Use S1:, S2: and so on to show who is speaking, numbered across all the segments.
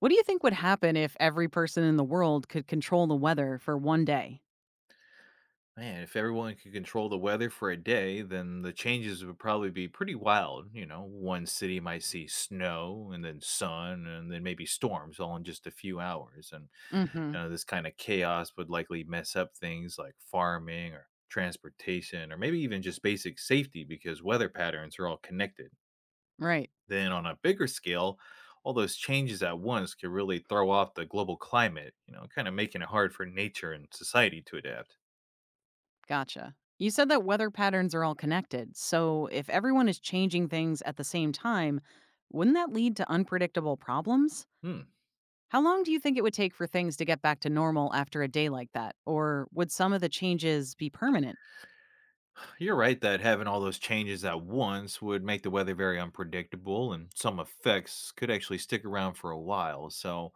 S1: What do you think would happen if every person in the world could control the weather for one day?
S2: Man, if everyone could control the weather for a day, then the changes would probably be pretty wild. You know, one city might see snow and then sun and then maybe storms all in just a few hours. And
S1: Mhm.
S2: you know, this kind of chaos would likely mess up things like farming or transportation or maybe even just basic safety because weather patterns are all connected.
S1: Right.
S2: Then on a bigger scale, all those changes at once could really throw off the global climate, you know, kind of making it hard for nature and society to adapt.
S1: Gotcha. You said that weather patterns are all connected. So if everyone is changing things at the same time, wouldn't that lead to unpredictable problems?
S2: Hmm.
S1: How long do you think it would take for things to get back to normal after a day like that? Or would some of the changes be permanent?
S2: You're right that having all those changes at once would make the weather very unpredictable, and some effects could actually stick around for a while. So,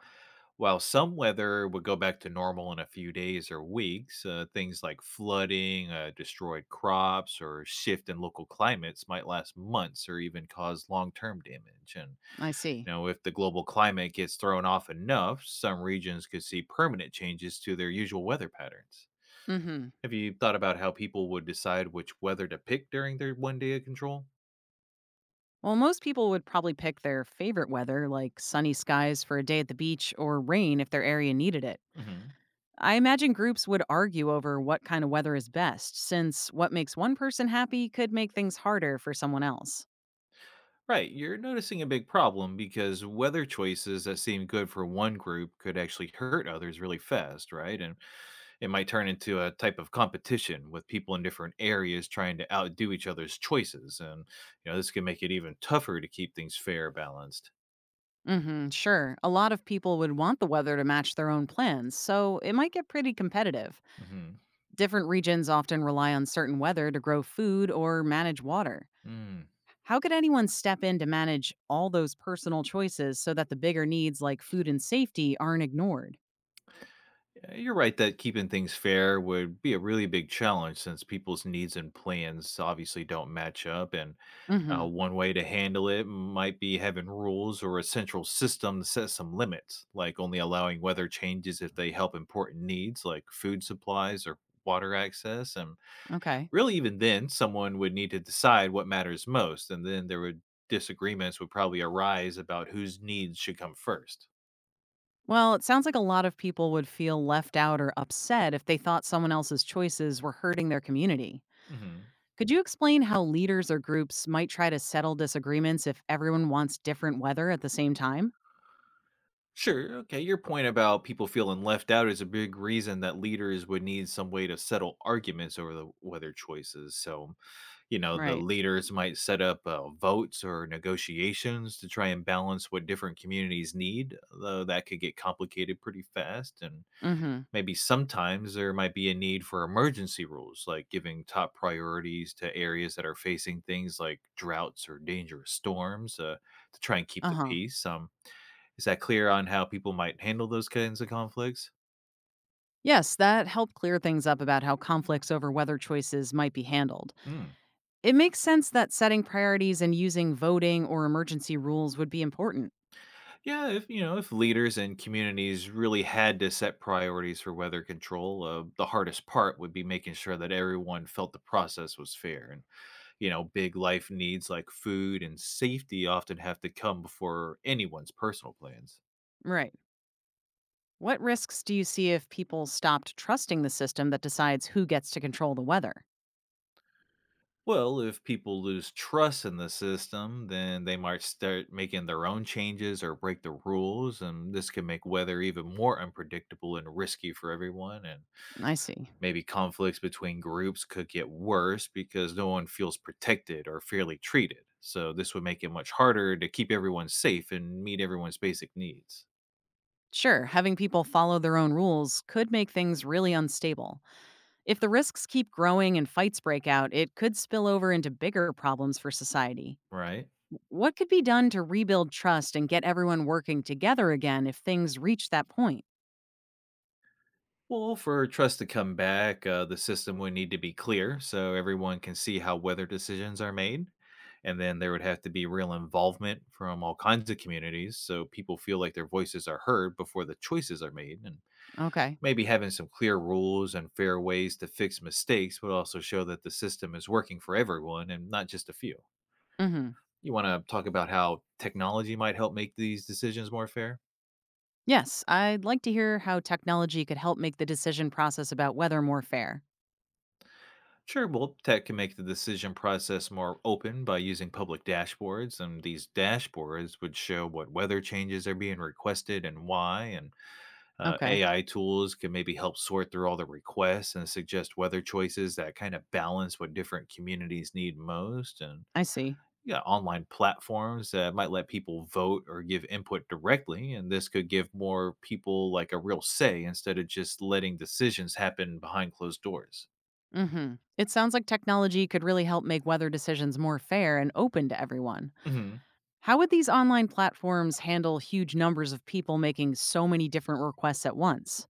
S2: while some weather would go back to normal in a few days or weeks, things like flooding, destroyed crops, or shift in local climates might last months or even cause long term damage. And,
S1: I see.
S2: you know, if the global climate gets thrown off enough, some regions could see permanent changes to their usual weather patterns.
S1: Mhm.
S2: Have you thought about how people would decide which weather to pick during their one day of control?
S1: Well, most people would probably pick their favorite weather, like sunny skies for a day at the beach or rain if their area needed it.
S2: Hmm.
S1: I imagine groups would argue over what kind of weather is best, since what makes one person happy could make things harder for someone else.
S2: Right, you're noticing a big problem because weather choices that seem good for one group could actually hurt others really fast, right? And it might turn into a type of competition with people in different areas trying to outdo each other's choices. And, you know, this can make it even tougher to keep things fair, balanced.
S1: Hmm, sure. A lot of people would want the weather to match their own plans, so it might get pretty competitive.
S2: Hmm.
S1: Different regions often rely on certain weather to grow food or manage water.
S2: Mm.
S1: How could anyone step in to manage all those personal choices so that the bigger needs like food and safety aren't ignored?
S2: Yeah, you're right that keeping things fair would be a really big challenge since people's needs and plans obviously don't match up, and
S1: Hmm,
S2: One way to handle it might be having rules or a central system to set some limits, like only allowing weather changes if they help important needs like food supplies or water access. And
S1: okay.
S2: really, even then, someone would need to decide what matters most, and then there would disagreements would probably arise about whose needs should come 1st.
S1: Well, it sounds like a lot of people would feel left out or upset if they thought someone else's choices were hurting their community. Could you explain how leaders or groups might try to settle disagreements if everyone wants different weather at the same time?
S2: Sure. Okay. Your point about people feeling left out is a big reason that leaders would need some way to settle arguments over the weather choices. So, you know, the
S1: Right.
S2: leaders might set up votes or negotiations to try and balance what different communities need, though that could get complicated pretty fast. And
S1: Mhm.
S2: maybe sometimes there might be a need for emergency rules, like giving top priorities to areas that are facing things like droughts or dangerous storms to try and keep the
S1: Uh-huh.
S2: peace. Is that clear on how people might handle those kinds of conflicts?
S1: Yes, that helped clear things up about how conflicts over weather choices might be handled.
S2: Hmm.
S1: It makes sense that setting priorities and using voting or emergency rules would be important.
S2: Yeah, if you know, if leaders and communities really had to set priorities for weather control, the hardest part would be making sure that everyone felt the process was fair. And you know, big life needs like food and safety often have to come before anyone's personal plans.
S1: Right. What risks do you see if people stopped trusting the system that decides who gets to control the weather?
S2: Well, if people lose trust in the system, then they might start making their own changes or break the rules, and this can make weather even more unpredictable and risky for everyone. And
S1: I see.
S2: maybe conflicts between groups could get worse because no one feels protected or fairly treated. So, this would make it much harder to keep everyone safe and meet everyone's basic needs,
S1: Sure, having people follow their own rules could make things really unstable. If the risks keep growing and fights break out, it could spill over into bigger problems for society.
S2: right?
S1: What could be done to rebuild trust and get everyone working together again if things reach that point?
S2: Well, for trust to come back, the system would need to be clear so everyone can see how weather decisions are made. And then there would have to be real involvement from all kinds of communities so people feel like their voices are heard before the choices are made. And
S1: Okay.
S2: maybe having some clear rules and fair ways to fix mistakes would also show that the system is working for everyone and not just a few.
S1: Hmm.
S2: You want to talk about how technology might help make these decisions more fair?
S1: Yes, I'd like to hear how technology could help make the decision process about weather more fair.
S2: Sure, well, tech can make the decision process more open by using public dashboards, and these dashboards would show what weather changes are being requested and why. And
S1: Okay,
S2: AI tools can maybe help sort through all the requests and suggest weather choices that kind of balance what different communities need most. And
S1: I see.
S2: yeah, online platforms that might let people vote or give input directly, and this could give more people like a real say instead of just letting decisions happen behind closed doors.
S1: Hmm. It sounds like technology could really help make weather decisions more fair and open to everyone.
S2: Mhm.
S1: How would these online platforms handle huge numbers of people making so many different requests at once?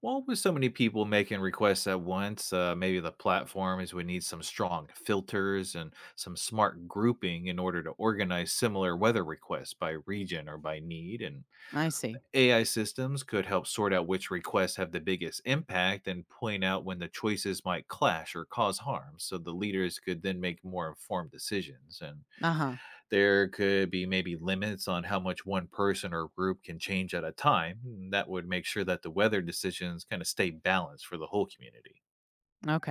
S2: Well, with so many people making requests at once, maybe the platforms would need some strong filters and some smart grouping in order to organize similar weather requests by region or by need. And
S1: I see.
S2: AI systems could help sort out which requests have the biggest impact and point out when the choices might clash or cause harm so the leaders could then make more informed decisions. And
S1: Uh
S2: there could be maybe limits on how much one person or group can change at a time. And That would make sure that the weather decisions kind of stay balanced for the whole community.
S1: huh.